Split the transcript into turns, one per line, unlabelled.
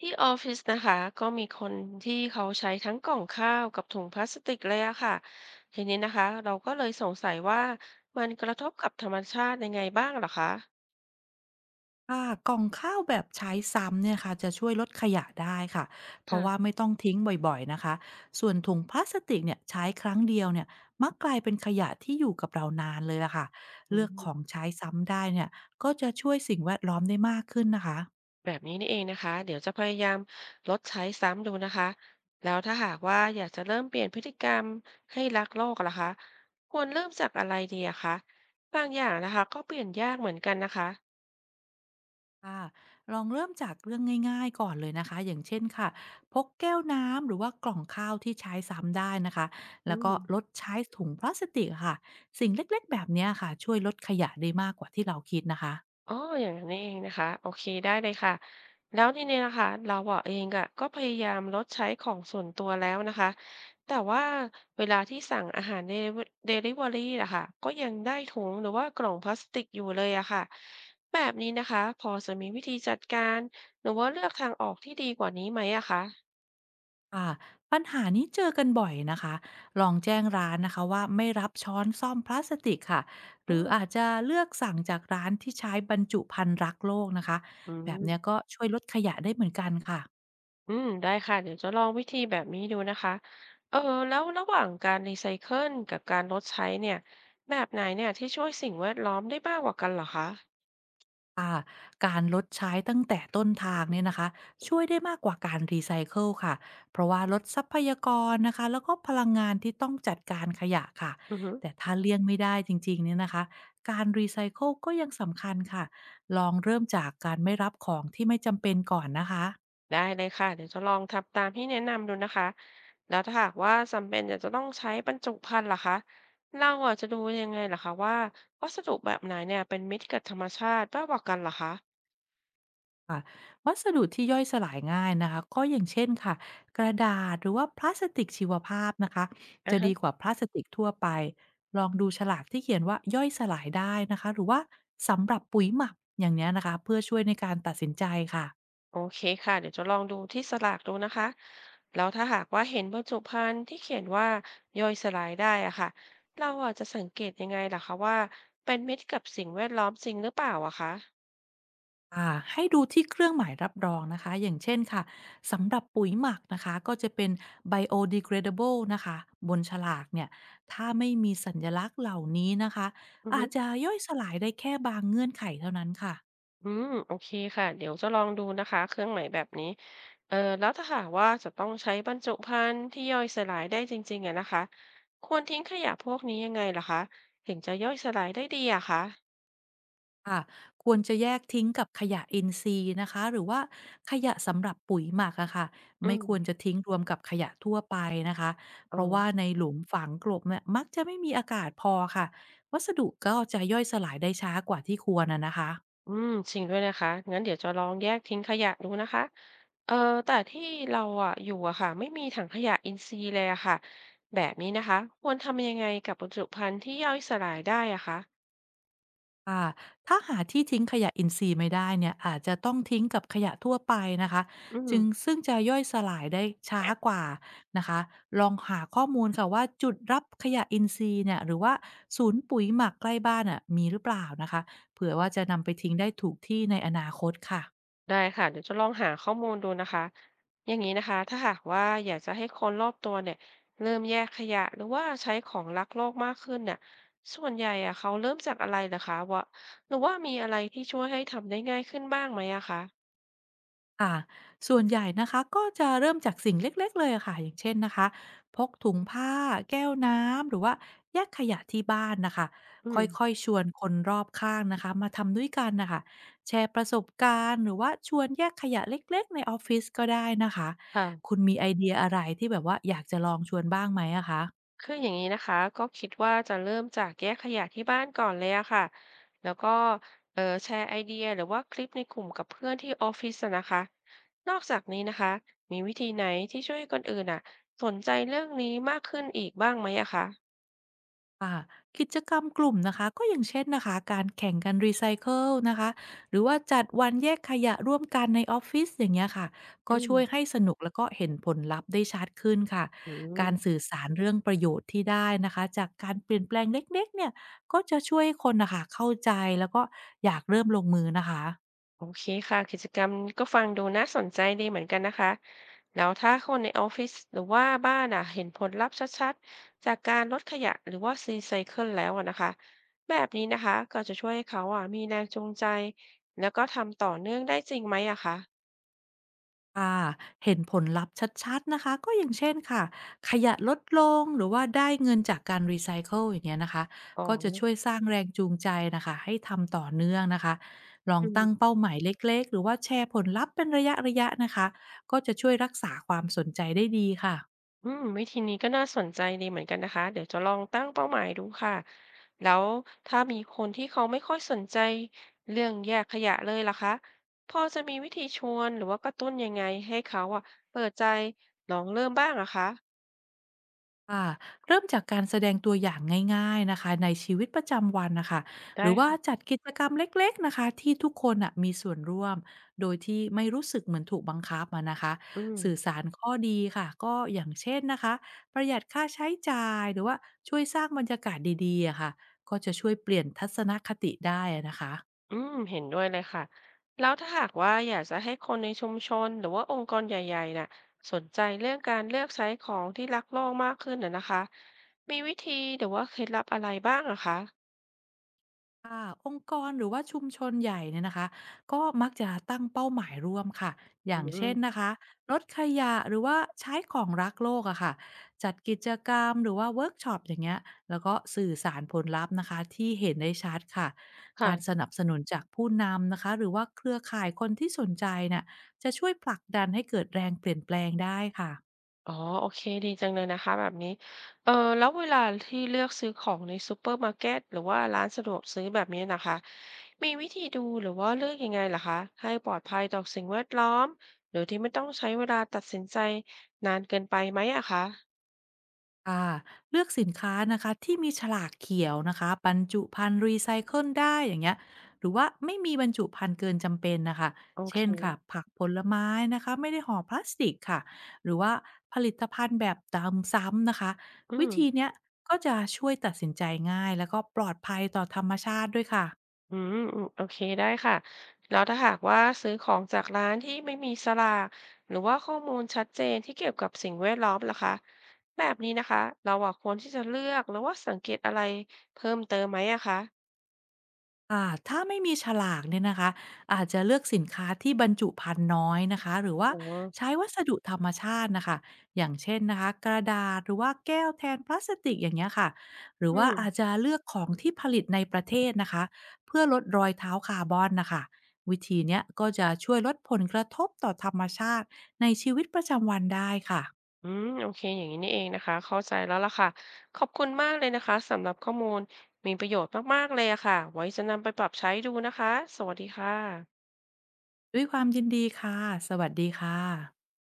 ที่ออฟฟิศนะคะก็มีคนที่เขาใช้ทั้งกล่องข้าวกับถุงพลาสติกเลยอะค่ะทีนี้นะคะเราก็เลยสงสัยว่ามันกระทบกับธรรมชาติยังไงบ้างเหรอคะ
ค่ะกล่องข้าวแบบใช้ซ้ำเนี่ยค่ะจะช่วยลดขยะได้ค่ะเพราะว่า
ค่ะ
ไม่ต้องทิ้งบ่อยๆนะคะส่วนถุงพลาสติกเนี่ยใช้ครั้งเดียวเนี่ยมักกลายเป็นขยะที่อยู่กับเรานานเลยล่ะค่ะ
อื
เลือกของ
ม
ใช้ซ้ำได้เนี่ยก็จะช่วยสิ่งแวดล้อมได้มากขึ้นนะคะ
แบบนี้นี่เองนะคะเดี๋ยวจะพยายามลดใช้ซ้ำดูนะคะแล้วถ้าหากว่าอยากจะเริ่มเปลี่ยนพฤติกรรมให้รักโลกล่ะคะควรเริ่มจากอะไรดีอะคะบางอย่างนะคะก็เปลี่ยนยากเหมือนกันนะคะ
ค่ะลองเริ่มจากเรื่องง่ายๆก่อนเลยนะคะอย่างเช่นค่ะพกแก้วน้ำหรือว่ากล่องข้าวที่ใช้ซ้ำได้นะคะ
อื
แล้วก็
ม
ลดใช้ถุงพลาสติกค่ะสิ่งเล็กๆแบบเนี้ยค่ะช่วยลดขยะได้มากกว่าที่เราคิดนะคะ
อ๋ออย่างนั้น่เองนะคะโอเคได้เลยค่ะแล้วทีนี้นะคะเราอะเองอะก็พยายามลดใช้ของส่วนตัวแล้วนะคะแต่ว่าเวลาที่สั่งอาหารเดลิเวอรี่อะค่ะก็ยังได้ถุงหรือว่ากล่องพลาสติกอยู่เลยอะค่ะแบบนี้นะคะพอจะมีวิธีจัดการหรือว่าเลือกทางออกที่ดีกว่านี้ไหมอะคะ
ค่ะปัญหานี้เจอกันบ่อยนะคะลองแจ้งร้านนะคะว่าไม่รับช้อนซ่อมพลาสติกค่ะห
อื
รือ
ม
อาจจะเลือกสั่งจากร้านที่ใช้บรรจุภัณฑ์รักโลกนะคะ
อื
แบบเนี้ย
ม
ก็ช่วยลดขยะได้เหมือนกันค่ะ
อืมได้ค่ะเดี๋ยวจะลองวิธีแบบนี้ดูนะคะเออแล้วระหว่างการรีไซเคิลกับการลดใช้เนี่ยแบบไหนเนี่ยที่ช่วยสิ่งแวดล้อมได้มากกว่ากันเหรอคะ
ค่ะการลดใช้ตั้งแต่ต้นทางเนี่ยนะคะช่วยได้มากกว่าการรีไซเคิลค่ะเพราะว่าลดทรัพยากรนะคะแล้วก็พลังงานที่ต้องจัดการขยะค่ะ
อือฮึ
แต่ถ้าเลี่ยงไม่ได้จริงๆเนี่ยนะคะการรีไซเคิลก็ยังสำคัญค่ะลองเริ่มจากการไม่รับของที่ไม่จำเป็นก่อนนะคะ
ได้เลยค่ะเดี๋ยวจะลองทำตามที่แนะนำดูนะคะแล้วถ้าหากว่าจำเป็นอยากจะต้องใช้บรรจุภัณฑ์ล่ะคะเราอ่ะจะดูยังไงล่ะคะว่าวัสดุแบบไหนเนี่ยเป็นมิตรกับธรรมชาติมากกว่ากันเหรอคะ
ค่ะวัสดุที่ย่อยสลายง่ายนะคะก็อย่างเช่นค่ะกระดาษหรือว่าพลาสติกชีวภาพนะคะจะดีก
อ่า
ว่าพลาสติกทั่วไปลองดูฉลากที่เขียนว่าย่อยสลายได้นะคะหรือว่าสำหรับปุ๋ยหมักอย่างเนี้ยนะคะเพื่อช่วยในการตัดสินใจค่ะ
โอเคค่ะเดี๋ยวจะลองดูที่สลากดูนะคะแล้วถ้าหากว่าเห็นบรรจุภัณฑ์ที่เขียนว่าย่อยสลายได้อะค่ะเราอาจจะสังเกตยังไงล่ะคะว่าเป็นมิตรกับสิ่งแวดล้อมจริงหรือเปล่าอะคะ
อ่าให้ดูที่เครื่องหมายรับรองนะคะอย่างเช่นค่ะสำหรับปุ๋ยหมักนะคะก็จะเป็น biodegradable นะคะบนฉลากเนี่ยถ้าไม่มีสัญลักษณ์เหล่านี้นะคะ
อือ
อา
ฮึ
จจะย่อยสลายได้แค่บางเงื่อนไขเท่านั้นค่ะ
อืมโอเคค่ะเดี๋ยวจะลองดูนะคะเครื่องหมายแบบนี้แล้วถ้าหากว่าจะต้องใช้บรรจุภัณฑ์ที่ย่อยสลายได้จริงๆอะนะคะควรทิ้งขยะพวกนี้ยังไงล่ะคะถึงจะย่อยสลายได้ดีอะคะ
ค่ะควรจะแยกทิ้งกับขยะอินทรีย์นะคะหรือว่าขยะสำหรับปุ๋ยหมักอะค่ะ
อื
ไม่
ม
ควรจะทิ้งรวมกับขยะทั่วไปนะคะเพ
อ๋อ
ราะว่าในหลุมฝังกลบเนี่ยมักจะไม่มีอากาศพอค่ะวัสดุก็จะย่อยสลายได้ช้ากว่าที่ควรอะนะคะ
อืมจริงด้วยนะคะงั้นเดี๋ยวจะลองแยกทิ้งขยะดูนะคะ เออ แต่ที่เราอ่ะอยู่อะค่ะไม่มีถังขยะอินทรีย์เลยอะค่ะแบบนี้นะคะควรทำยังไงกับบรรจุภัณฑ์ที่ย่อยสลายได้อะคะ
ค่ะถ้าหาที่ทิ้งขยะอินทรีย์ไม่ได้เนี่ยอาจจะต้องทิ้งกับขยะทั่วไปนะคะ
อื
จึง
ม
ซึ่งจะย่อยสลายได้ช้ากว่านะคะลองหาข้อมูลค่ะว่าจุดรับขยะอินทรีย์เนี่ยหรือว่าศูนย์ปุ๋ยหมักใกล้บ้านอ่ะมีหรือเปล่านะคะเผื่อว่าจะนำไปทิ้งได้ถูกที่ในอนาคตค่ะ
ได้ค่ะเดี๋ยวจะลองหาข้อมูลดูนะคะ อย่างนี้นะคะถ้าหากว่าอยากจะให้คนรอบตัวเนี่ยเริ่มแยกขยะหรือว่าใช้ของรักโลกมากขึ้นเนี่ยส่วนใหญ่อะเขาเริ่มจากอะไรเหรอคะวะหรือว่ามีอะไรที่ช่วยให้ทำได้ง่ายขึ้นบ้างไหมอะคะ
ค่ะส่วนใหญ่นะคะก็จะเริ่มจากสิ่งเล็กๆเลยอะค่ะอย่างเช่นนะคะพกถุงผ้าแก้วน้ำหรือว่าแยกขยะที่บ้านนะค่ะ
อื
ค
ม
่อยๆชวนคนรอบข้างนะคะมาทำด้วยกันนะคะแชร์ประสบการณ์หรือว่าชวนแยกขยะเล็กๆในออฟฟิศก็ได้นะคะ
ค่ะ
คุณมีไอเดียอะไรที่แบบว่าอยากจะลองชวนบ้างไหมอะคะ
คืออย่างนี้นะคะก็คิดว่าจะเริ่มจากแยกขยะที่บ้านก่อนเลยอะค่ะแล้วก็แชร์ไอเดียหรือว่าคลิปในกลุ่มกับเพื่อนที่ออฟฟิศอะนะคะนอกจากนี้นะคะมีวิธีไหนที่ช่วยให้คนอื่นอะสนใจเรื่องนี้มากขึ้นอีกบ้างไหมอะคะ
ค่ะกิจกรรมกลุ่มนะคะก็อย่างเช่นนะคะการแข่งกันรีไซเคิลนะคะหรือว่าจัดวันแยกขยะร่วมกันในออฟฟิศอย่างเงี้ยค่ะก็
อืม
ช่วยให้สนุกแล้วก็เห็นผลลัพธ์ได้ชัดขึ้นค่ะ
อื
การ
ม
สื่อสารเรื่องประโยชน์ที่ได้นะคะจากการเปลี่ยนแปลงเล็กๆเนี่ยก็จะช่วยให้คนนะคะเข้าใจแล้วก็อยากเริ่มลงมือนะคะ
โอเคค่ะกิจกรรมก็ฟังดูน่าสนใจดีเหมือนกันนะคะแล้วถ้าคนในออฟฟิศหรือว่าบ้านอ่ะเห็นผลลัพธ์ชัดๆจากการลดขยะหรือว่ารีไซเคิลแล้วอะนะคะแบบนี้นะคะก็จะช่วยให้เขาอ่ะมีแรงจูงใจแล้วก็ทำต่อเนื่องได้จริงไหมอะคะ
ค่ะเห็นผลลัพธ์ชัดๆนะคะ ก็อย่างเช่นค่ะ ขยะลดลงหรือว่าได้เงินจากการรีไซเคิลอย่างเงี้ยนะคะ
อ๋อ
ก็จะช่วยสร้างแรงจูงใจนะคะ ให้ทำต่อเนื่องนะคะ ลอง
อืม
ตั้งเป้าหมายเล็กๆ หรือว่าแชร์ผลลัพธ์เป็นระยะๆนะคะ ก็จะช่วยรักษาความสนใจได้ดีค่ะ
อืมวิธีนี้ก็น่าสนใจดีเหมือนกันนะคะเดี๋ยวจะลองตั้งเป้าหมายดูค่ะแล้วถ้ามีคนที่เขาไม่ค่อยสนใจเรื่องแยกขยะเลยล่ะคะพอจะมีวิธีชวนหรือว่ากระตุ้นยังไงให้เขาอะเปิดใจลองเริ่มบ้างอะคะ
ค่ะเริ่มจากการแสดงตัวอย่างง่ายๆนะคะในชีวิตประจำวันนะคะห
ได้
รือว่า
ค่ะ
จัดกิจกรรมเล็กๆนะคะที่ทุกคนน่ะมีส่วนร่วมโดยที่ไม่รู้สึกเหมือนถูกบังคับอะนะคะ
อืม
สื่อสารข้อดีค่ะก็อย่างเช่นนะคะประหยัดค่าใช้จ่ายหรือว่าช่วยสร้างบรรยากาศดีๆอะค่ะก็จะช่วยเปลี่ยนทัศนคติได้อะนะคะ
อืมเห็นด้วยเลยค่ะแล้วถ้าหากว่าอยากจะให้คนในชุมชนหรือว่าองค์กรใหญ่ๆน่ะสนใจเรื่องการเลือกใช้ของที่รักโลกมากขึ้นน่ะนะคะมีวิธีหรือว่าเคล็ดลับอะไรบ้างอะคะ
ค่ะองค์กรหรือว่าชุมชนใหญ่เนี่ยนะคะก็มักจะตั้งเป้าหมายร่วมค่ะอ
อื
ย่างเช่น
ม
นะคะลดขยะหรือว่าใช้ของรักโลกอะค่ะจัดกิจกรรมหรือว่าเวิร์กช็อปอย่างเงี้ยแล้วก็สื่อสารผลลัพธ์นะคะที่เห็นได้ชัดค่ะการส
ค่ะ
นับสนุนจากผู้นำนะคะหรือว่าเครือข่ายคนที่สนใจน่ะจะช่วยผลักดันให้เกิดแรงเปลี่ยนแปลงได้ค่ะ
อ๋อ โอเค ดีจังเลยนะคะแบบนี้เออแล้วเวลาที่เลือกซื้อของในซูเปอร์มาร์เก็ตหรือว่าร้านสะดวกซื้อแบบนี้นะคะ มีวิธีดูหรือว่าเลือกยังไงล่ะคะให้ปลอดภัยต่อสิ่งแวดล้อมหรือที่ไม่ต้องใช้เวลาตัดสินใจนานเกินไปไหมอะคะ
ค่ะเลือกสินค้านะคะที่มีฉลากเขียวนะคะบรรจุภัณฑ์รีไซเคิลได้อย่างเงี้ยหรือว่าไม่มีบรรจุภัณฑ์เกินจำเป็นนะคะ
โอเค
เช่นค่ะผักผลไม้นะคะไม่ได้ห่อพลาสติกค่ะหรือว่าผลิตภัณฑ์แบบตามซ้ำนะคะ
อื
วิ
ม
ธีเนี้ยก็จะช่วยตัดสินใจง่ายแล้วก็ปลอดภัยต่อธรรมชาติด้วยค่ะ
อืมอืมโอเคได้ค่ะแล้วถ้าหากว่าซื้อของจากร้านที่ไม่มีสลากหรือว่าข้อมูลชัดเจนที่เกี่ยวกับสิ่งแวดล้อมล่ะคะแบบนี้นะคะเราอะควรที่จะเลือกหรือว่าสังเกตอะไรเพิ่มเติมไหมอะคะ
ค่ะถ้าไม่มีฉลากเนี่ยนะคะอาจจะเลือกสินค้าที่บรรจุภัณฑ์น้อยนะคะหรือว่า
อ๋อ
ใช้วัสดุธรรมชาตินะคะอย่างเช่นนะคะกระดาษหรือว่าแก้วแทนพลาสติกอย่างเงี้ยค่ะหรือ
อื
ว่า
ม
อาจจะเลือกของที่ผลิตในประเทศนะคะเพื่อลดรอยเท้าคาร์บอนนะคะวิธีเนี้ยก็จะช่วยลดผลกระทบต่อธรรมชาติในชีวิตประจำวันได้ค่ะ
อืมโอเคอย่างนี้นี่เองนะคะเข้าใจแล้วล่ะค่ะขอบคุณมากเลยนะคะสำหรับข้อมูลมีประโยชน์มากๆเลยอะค่ะไว้จะนำไปปรับใช้ดูนะคะสวัสดีค่ะ
ด้วยความยินดีค่ะสวัสดีค่ะ